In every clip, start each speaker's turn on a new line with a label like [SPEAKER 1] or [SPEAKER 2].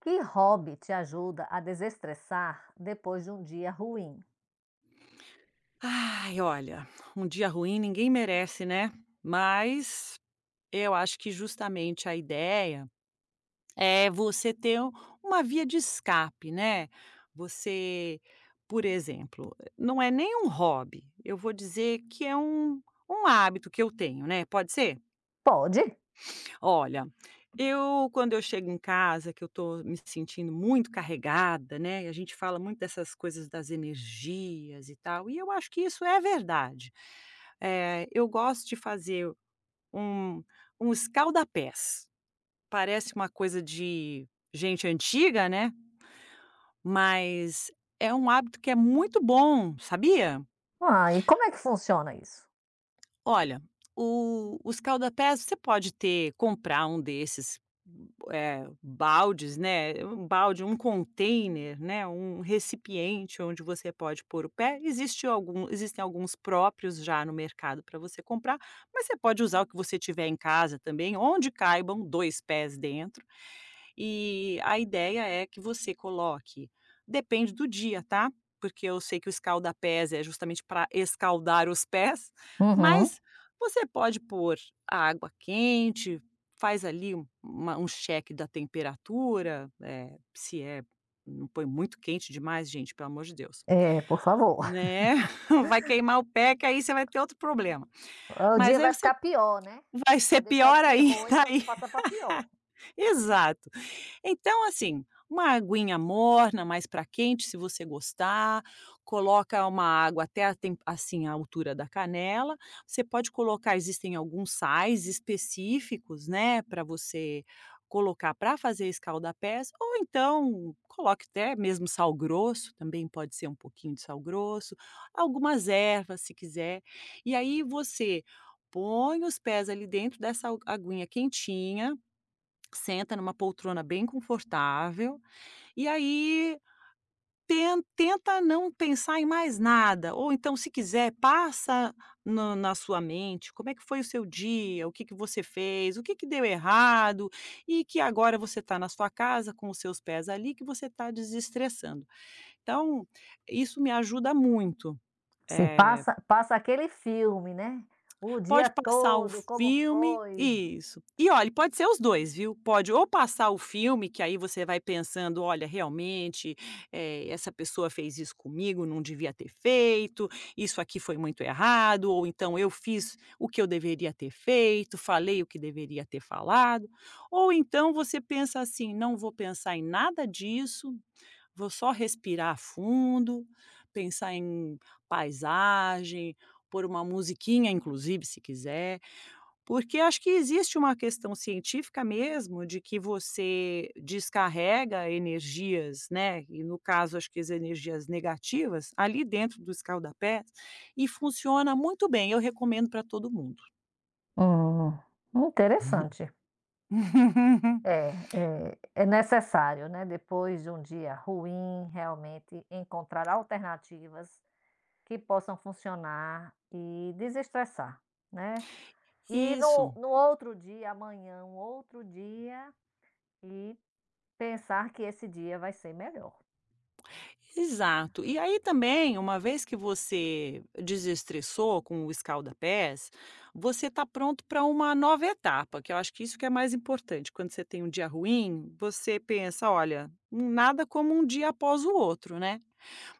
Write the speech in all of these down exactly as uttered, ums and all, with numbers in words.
[SPEAKER 1] Que hobby te ajuda a desestressar depois de um dia ruim?
[SPEAKER 2] Ai, olha, um dia ruim ninguém merece, né? Mas eu acho que justamente a ideia é você ter u- uma via de escape, né? Você, por exemplo, não é nem um hobby, eu vou dizer que é um, um hábito que eu tenho, né? Pode ser?
[SPEAKER 1] Pode.
[SPEAKER 2] Olha, eu quando eu chego em casa, que eu tô me sentindo muito carregada, né, e a gente fala muito dessas coisas das energias e tal, e eu acho que isso é verdade. Eh, eu gosto de fazer um um escaldapés. Parece uma coisa de gente antiga, né, mas é um hábito que é muito bom, sabia?
[SPEAKER 1] Ah, e como é que funciona isso?
[SPEAKER 2] Olha, o os calda-pés você pode ter comprar um desses, eh, baldes, né, um balde, um container, né, um recipiente onde você pode pôr o pé. Existe algum existem alguns próprios já no mercado para você comprar, mas você pode usar o que você tiver em casa também, onde caibam dois pés dentro. E a ideia é que você coloque depende do dia, tá, porque eu sei que o escaldapés é justamente para escaldar os pés,
[SPEAKER 1] Uhum.
[SPEAKER 2] mas você pode pôr a água quente, faz ali um uma um cheque da temperatura, eh, se é não põe muito quente demais, gente, pelo amor de Deus,
[SPEAKER 1] É, por favor.
[SPEAKER 2] né, vai queimar o pé que aí você vai ter outro problema.
[SPEAKER 1] O
[SPEAKER 2] Mas
[SPEAKER 1] dia
[SPEAKER 2] aí
[SPEAKER 1] vai
[SPEAKER 2] você
[SPEAKER 1] ficar pior, né?
[SPEAKER 2] vai
[SPEAKER 1] Vai
[SPEAKER 2] ser
[SPEAKER 1] deixar de
[SPEAKER 2] pior
[SPEAKER 1] ser
[SPEAKER 2] ainda
[SPEAKER 1] ruim para
[SPEAKER 2] aí
[SPEAKER 1] passar para pior.
[SPEAKER 2] exato. Então, assim, uma aguinha morna, mais para quente, se você gostar, coloca uma água até a tem assim, a altura da canela. Você pode colocar existem alguns sais específicos, né, para você colocar para fazer pés. Ou então coloque até mesmo sal grosso, também pode ser um pouquinho de sal grosso, algumas ervas, se quiser. E aí você põe os pés ali dentro dessa agu aguinha quentinha, senta numa poltrona bem confortável, e aí ten tenta não pensar em mais nada, ou então se quiser passa no na sua mente como é que foi o seu dia, o que que você fez, o que que deu errado, e que agora você está na sua casa com os seus pés ali que você está desestressando. Então, isso me ajuda muito,
[SPEAKER 1] Sim,
[SPEAKER 2] eh,
[SPEAKER 1] passa, passa aquele filme, né? O dia
[SPEAKER 2] pode passar o
[SPEAKER 1] todo, como
[SPEAKER 2] filme
[SPEAKER 1] foi?
[SPEAKER 2] isso. E olhe, pode ser os dois, viu. Pode ou passar o filme, que aí você vai pensando: "Olha, realmente, eh, essa pessoa fez isso comigo, não devia ter feito, isso aqui foi muito errado", ou então: "Eu fiz o que eu deveria ter feito, falei o que deveria ter falado". Ou então você pensa assim: "Não vou pensar em nada disso, Vou só respirar fundo, pensar em paisagem, pôr uma musiquinha, inclusive, se quiser, porque acho que existe uma questão científica mesmo de que você descarrega energias, né, e no caso acho que as energias negativas, ali dentro do escaldapés, e funciona muito bem, eu recomendo para todo mundo.
[SPEAKER 1] Hum. Interessante. É, é, é necessário, né? Depois de um dia ruim, realmente encontrar alternativas que possam funcionar e desestressar, né. E no
[SPEAKER 2] Isso.
[SPEAKER 1] no outro dia, amanhã, um outro dia, e pensar que esse dia vai ser melhor, né.
[SPEAKER 2] Exato. E aí também, uma vez que você desestressou com o escalda-pés, você está pronto para uma nova etapa, que eu acho que isso que é mais importante. Quando você tem um dia ruim, você pensa, olha, nada como um dia após o outro, né?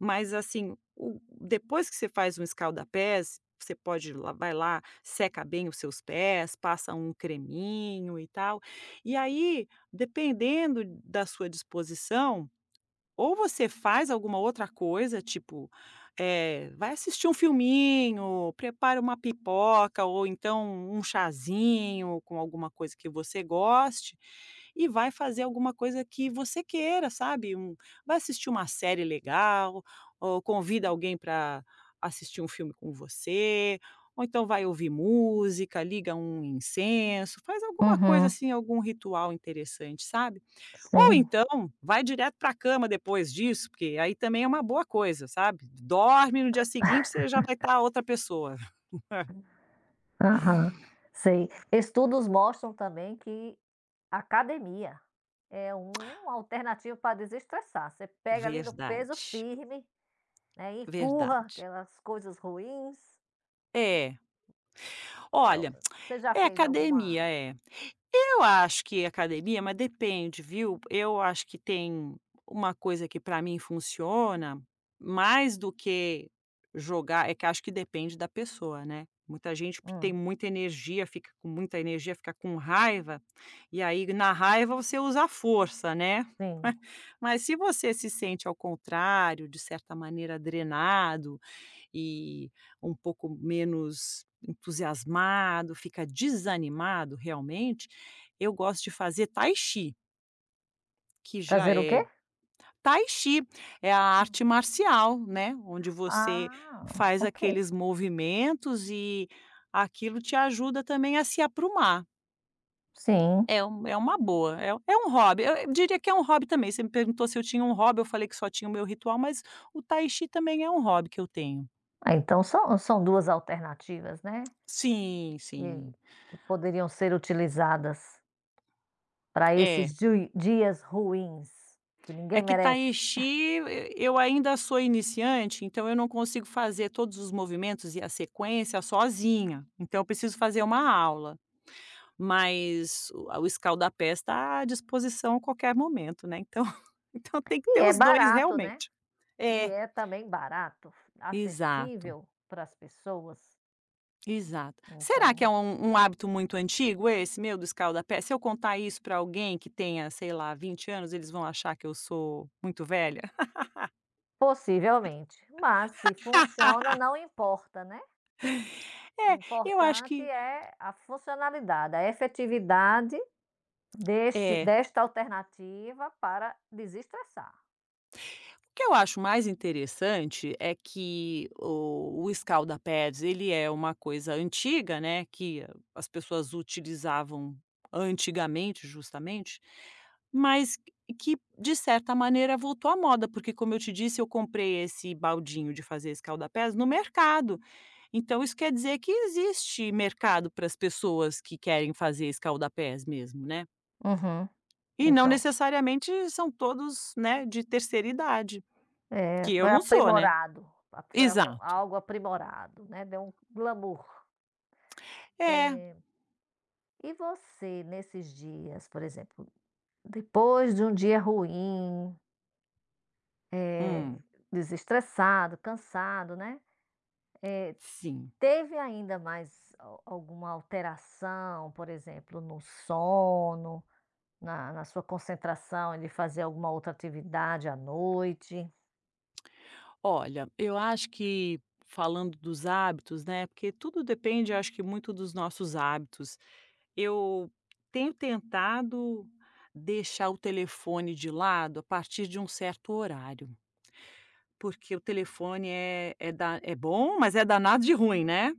[SPEAKER 2] Mas assim, o- depois que você faz um escalda-pés, você pode, ir lá- vai lá, seca bem os seus pés, passa um creminho e tal. E aí, dependendo da sua disposição, ou você faz alguma outra coisa, tipo, eh, vai assistir um filminho, prepara uma pipoca ou então um chazinho com alguma coisa que você goste, e vai fazer alguma coisa que você queira, sabe, um vai assistir uma série legal, ou convida alguém para assistir um filme com você, ou então vai ouvir música, liga um incenso, faz alguma coisa
[SPEAKER 1] Uhum.
[SPEAKER 2] assim, algum ritual interessante, sabe. Ou
[SPEAKER 1] Sim.
[SPEAKER 2] então vai direto para a cama depois disso, porque aí também é uma boa coisa, sabe. Dorme, no dia seguinte você já vai estar outra pessoa.
[SPEAKER 1] Aham. Sei. Estudos mostram também que academia é uma alternativa para desestressar. Você pega ali no peso
[SPEAKER 2] Verdade,
[SPEAKER 1] firme, né, e empurra
[SPEAKER 2] verdade.
[SPEAKER 1] aquelas coisas ruins.
[SPEAKER 2] É,
[SPEAKER 1] Eh, o
[SPEAKER 2] olha,
[SPEAKER 1] você já
[SPEAKER 2] é
[SPEAKER 1] fez
[SPEAKER 2] academia,
[SPEAKER 1] alguma.
[SPEAKER 2] é. Eu acho que é academia, mas depende, viu. Eu acho que tem uma coisa que para mim funciona, mais do que jogar é que acho que depende da pessoa, né. Muita gente p tem
[SPEAKER 1] Hum.
[SPEAKER 2] muita energia, fica com muita energia, fica com raiva, e aí na raiva você usa a força, né.
[SPEAKER 1] Sim.
[SPEAKER 2] Mas se você se sente ao contrário, de certa maneira drenado e um pouco menos entusiasmado, fica desanimado realmente, eu gosto de fazer tai chi, que já
[SPEAKER 1] Fazer o quê?
[SPEAKER 2] é tai chi é a arte marcial, né, onde você
[SPEAKER 1] Ah,
[SPEAKER 2] faz
[SPEAKER 1] ok.
[SPEAKER 2] aqueles movimentos e aquilo te ajuda também a se aprumar.
[SPEAKER 1] Sim.
[SPEAKER 2] É um é uma boa, é é um hobby, eu eu diria que é um hobby também, você me perguntou se eu tinha um hobby, eu falei que só tinha o meu ritual, mas o tai chi também é um hobby que eu tenho.
[SPEAKER 1] Ah, então são são duas alternativas, né,
[SPEAKER 2] Sim, sim.
[SPEAKER 1] que poderiam ser utilizadas para
[SPEAKER 2] É.
[SPEAKER 1] esses di dias ruins, que ninguém
[SPEAKER 2] É que
[SPEAKER 1] merece.
[SPEAKER 2] tai-chi eu ainda sou iniciante, então eu não consigo fazer todos os movimentos e a sequência sozinha, então eu preciso fazer uma aula, mas o a o escaldapés está à disposição a qualquer momento, né, então então tem que
[SPEAKER 1] E
[SPEAKER 2] ter
[SPEAKER 1] é
[SPEAKER 2] os dois
[SPEAKER 1] barato, né,
[SPEAKER 2] realmente.
[SPEAKER 1] e
[SPEAKER 2] É,
[SPEAKER 1] é também barato,
[SPEAKER 2] exato,
[SPEAKER 1] acessível para as pessoas,
[SPEAKER 2] exato. Será que é
[SPEAKER 1] então,
[SPEAKER 2] um um hábito muito antigo esse meu do escaldapés? Se eu contar isso pra alguém que tenha, sei lá, vinte anos, eles vão achar que eu sou muito velha?
[SPEAKER 1] possivelmente. Mas se funciona, não importa, né, o
[SPEAKER 2] É, eu acho
[SPEAKER 1] importante
[SPEAKER 2] que
[SPEAKER 1] é a funcionalidade, a efetividade Deste
[SPEAKER 2] é.
[SPEAKER 1] desta alternativa para desestressar.
[SPEAKER 2] O que eu acho mais interessante é que o, o Scaldapads, ele é uma coisa antiga, né, que as pessoas utilizavam antigamente, justamente, mas que, de certa maneira, voltou à moda, porque, como eu te disse, eu comprei esse baldinho de fazer escaldapés no mercado. Então, isso quer dizer que existe mercado para as pessoas que querem fazer escaldapés mesmo, né?
[SPEAKER 1] Uhum.
[SPEAKER 2] E não
[SPEAKER 1] Então.
[SPEAKER 2] necessariamente são todos, né, de terceira idade,
[SPEAKER 1] É,
[SPEAKER 2] que eu
[SPEAKER 1] foi
[SPEAKER 2] não sou, né?
[SPEAKER 1] aprimorado, ap
[SPEAKER 2] Exato.
[SPEAKER 1] algo aprimorado, né, deu um glamour.
[SPEAKER 2] É,
[SPEAKER 1] Eh, e você nesses dias, por exemplo, depois de um dia ruim, eh,
[SPEAKER 2] hum,
[SPEAKER 1] desestressado, cansado, né,
[SPEAKER 2] sim.
[SPEAKER 1] teve ainda mais al alguma alteração, por exemplo, no sono, na na sua concentração de fazer alguma outra atividade à noite?
[SPEAKER 2] Olha, eu acho que falando dos hábitos, né, porque tudo depende, eu acho que muito dos nossos hábitos. Eu tenho tentado deixar o telefone de lado a partir de um certo horário, porque o telefone é é da é bom, mas é danado de ruim, né?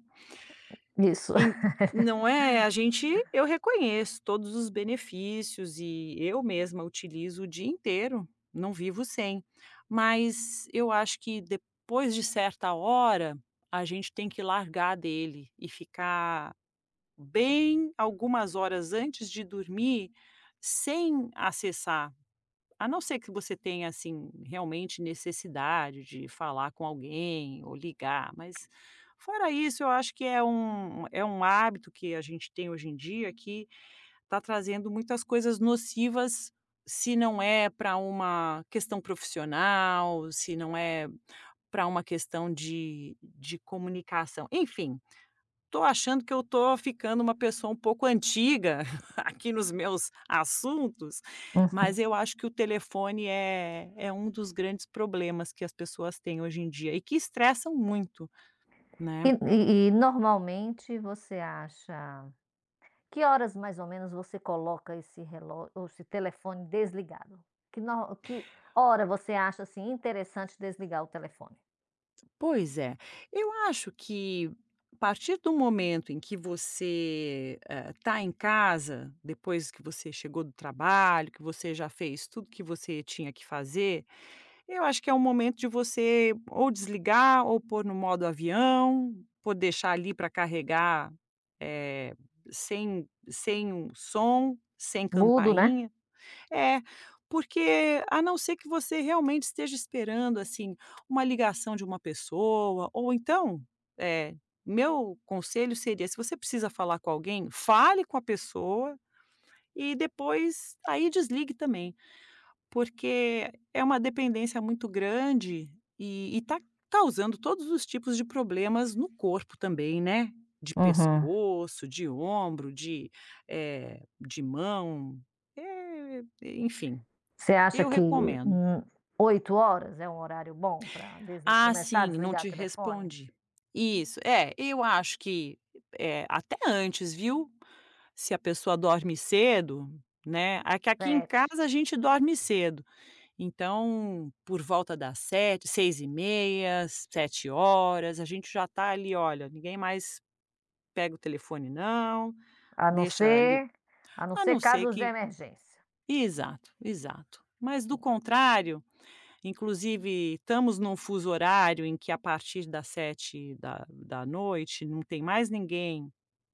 [SPEAKER 1] Isso.
[SPEAKER 2] En não é, a gente eu reconheço todos os benefícios e eu mesma utilizo o dia inteiro, não vivo sem. Mas eu acho que depois de certa hora, a gente tem que largar dele e ficar bem algumas horas antes de dormir sem acessar. A não ser que você tenha, assim, realmente necessidade de falar com alguém ou ligar, mas fora isso, eu acho que é um é um hábito que a gente tem hoje em dia que está trazendo muitas coisas nocivas, se não é para uma questão profissional, se não é para uma questão de de comunicação, enfim, tô achando que eu tô ficando uma pessoa um pouco antiga aqui nos meus assuntos,
[SPEAKER 1] Uhum.
[SPEAKER 2] mas eu acho que o telefone é é um dos grandes problemas que as pessoas têm hoje em dia e que estressam muito,
[SPEAKER 1] E
[SPEAKER 2] né.
[SPEAKER 1] e e normalmente você acha que horas mais ou menos você coloca esse relógio, ou esse telefone desligado? Que no que hora você acha, assim, interessante desligar o telefone?
[SPEAKER 2] Pois é. Eu acho que a partir do momento em que você, está em casa, depois que você chegou do trabalho, que você já fez tudo que você tinha que fazer Eu acho que é um momento de você ou desligar ou pôr no modo avião, pôr deixar ali para carregar, eh, sem sem um som, sem
[SPEAKER 1] Mudo, né?
[SPEAKER 2] campainha. É, porque a não ser que você realmente esteja esperando, assim, uma ligação de uma pessoa ou então, eh, meu conselho seria, se você precisa falar com alguém, fale com a pessoa e depois aí desligue também. Porque é uma dependência muito grande e está causando todos os tipos de problemas no corpo também, né, de
[SPEAKER 1] Uhum.
[SPEAKER 2] pescoço, de ombro, de, eh, de mão, eh, enfim,
[SPEAKER 1] Você acha
[SPEAKER 2] eu
[SPEAKER 1] que,
[SPEAKER 2] recomendo.
[SPEAKER 1] hum, oito horas é um horário bom para
[SPEAKER 2] Ah,
[SPEAKER 1] começar a
[SPEAKER 2] sim, não
[SPEAKER 1] desligar o
[SPEAKER 2] te
[SPEAKER 1] telefone?
[SPEAKER 2] respondi. Isso, é, eu acho que, eh, até antes, viu, se a pessoa dorme cedo, né, é que aqui em
[SPEAKER 1] Sete?
[SPEAKER 2] casa a gente dorme cedo, então, por volta das sete, seis e h sete horas, a gente já está ali: "Olha, ninguém mais pega o telefone não,
[SPEAKER 1] a não
[SPEAKER 2] deixa ali"
[SPEAKER 1] ser a não
[SPEAKER 2] a
[SPEAKER 1] ser
[SPEAKER 2] não ser
[SPEAKER 1] casos de
[SPEAKER 2] que
[SPEAKER 1] emergência.
[SPEAKER 2] exato, exato. Mas do contrário inclusive, estamos num fuso horário em que a partir das sete da da noite não tem mais ninguém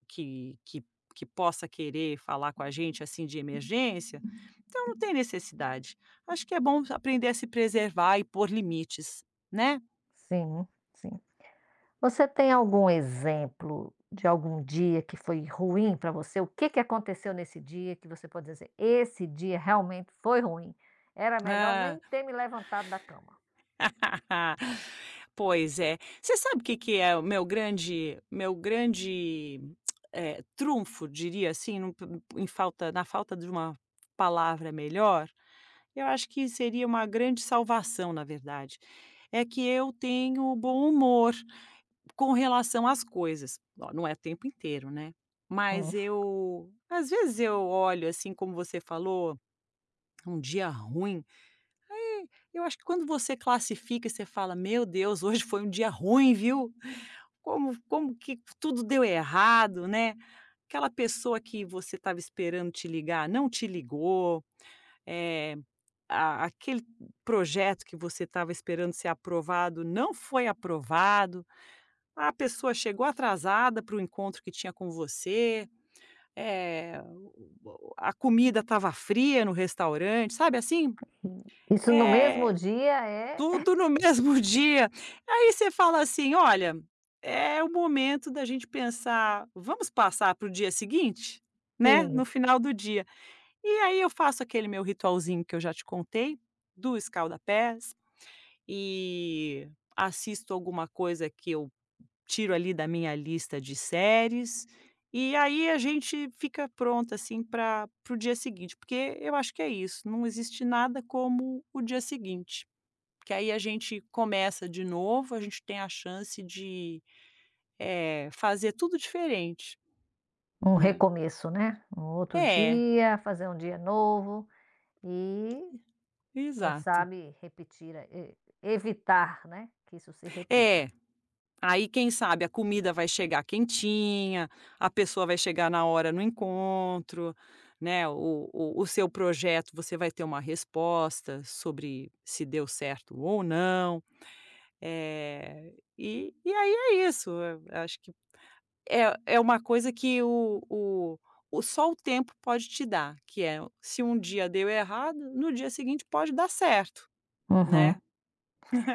[SPEAKER 2] que que que possa querer falar com a gente, assim, de emergência, então não tem necessidade. Acho que é bom aprender a se preservar e pôr limites, né.
[SPEAKER 1] Sim, sim. Você tem algum exemplo de algum dia que foi ruim para você? O que que aconteceu nesse dia que você pode dizer: "Esse dia realmente foi ruim, era melhor
[SPEAKER 2] Hã.
[SPEAKER 1] nem ter me levantado da cama"?
[SPEAKER 2] Pois é. Você sabe o que que é o meu grande meu grande, eh, trunfo, diria assim, num em falta na falta de uma palavra melhor? Eu acho que seria uma grande salvação, na verdade. É que eu tenho bom humor com relação às coisas. Ó, não é o tempo inteiro, né?
[SPEAKER 1] Hum.
[SPEAKER 2] Mas eu, às vezes eu olho assim, como você falou, um dia ruim. E eu acho que quando você classifica, você fala: "Meu Deus, hoje foi um dia ruim, viu? Como como que tudo deu errado, né? Aquela pessoa que você estava esperando te ligar, não te ligou. Eh a aquele projeto que você estava esperando ser aprovado não foi aprovado, a pessoa chegou atrasada para o encontro que tinha com você, eh, o a comida estava fria no restaurante, sabe assim?
[SPEAKER 1] Isso no mesmo
[SPEAKER 2] É
[SPEAKER 1] dia é.
[SPEAKER 2] tudo no mesmo dia. Aí você fala assim: "Olha, é o momento da gente pensar, vamos passar para o dia seguinte?", né,
[SPEAKER 1] Sim,
[SPEAKER 2] no final do dia. E aí eu faço aquele meu ritualzinho que eu já te contei, do escalda-pés e assisto alguma coisa que eu tiro ali da minha lista de séries, e aí a gente fica pronta, assim, para para o dia seguinte, porque eu acho que é isso, não existe nada como o dia seguinte, porque aí a gente começa de novo, a gente tem a chance de, eh, fazer tudo diferente,
[SPEAKER 1] um
[SPEAKER 2] né.
[SPEAKER 1] recomeço, né, um outro
[SPEAKER 2] É,
[SPEAKER 1] dia, fazer um dia novo e quem
[SPEAKER 2] exato.
[SPEAKER 1] sabe repetir, eh, evitar, né, que isso se repita.
[SPEAKER 2] É. Aí, quem sabe, a comida vai chegar quentinha, a pessoa vai chegar na hora no encontro, né, o o o seu projeto, você vai ter uma resposta sobre se deu certo ou não. É e e aí é isso, eh, acho que é é uma coisa que o o o só o tempo pode te dar, que é se um dia deu errado, no dia seguinte pode dar certo, né.
[SPEAKER 1] Uhum.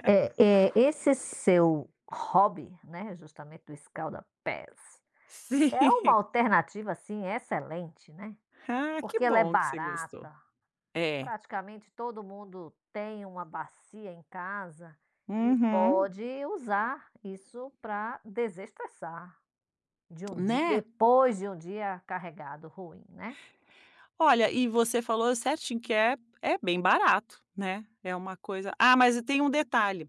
[SPEAKER 1] É, eh, esse seu hobby, né, justamente do escalda-pés, é uma
[SPEAKER 2] Sim.
[SPEAKER 1] alternativa, assim, excelente, né,
[SPEAKER 2] Ah, que
[SPEAKER 1] porque ela é
[SPEAKER 2] bom que você gostou.
[SPEAKER 1] barata,
[SPEAKER 2] É.
[SPEAKER 1] praticamente todo mundo tem uma bacia em casa e
[SPEAKER 2] Uhum.
[SPEAKER 1] pode usar isso para desestressar de um dia,
[SPEAKER 2] Né?
[SPEAKER 1] depois de um dia carregado, ruim, né.
[SPEAKER 2] Olha, e você falou certinho que é é bem barato, né, é uma coisa ah, mas tem um detalhe,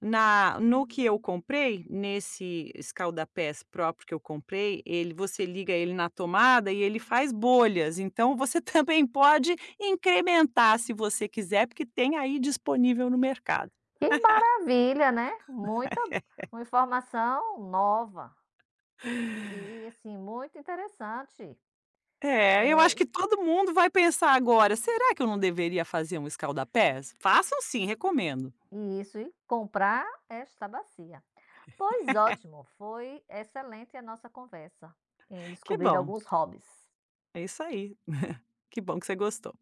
[SPEAKER 2] na no que eu comprei, nesse escaldapés próprio que eu comprei, ele você liga ele na tomada e ele faz bolhas, então você também pode incrementar se você quiser, porque tem aí disponível no mercado.
[SPEAKER 1] Que maravilha, né, muita uma informação nova e e assim, muito interessante.
[SPEAKER 2] É, eu acho
[SPEAKER 1] Eh,
[SPEAKER 2] que todo mundo vai pensar agora: "Será que eu não deveria fazer um escaldapés?" Façam sim, recomendo.
[SPEAKER 1] Isso, e comprar esta bacia. Pois ótimo, foi excelente a nossa conversa em
[SPEAKER 2] Que
[SPEAKER 1] descobrir
[SPEAKER 2] bom.
[SPEAKER 1] alguns hobbies.
[SPEAKER 2] É isso aí. Que bom que você gostou.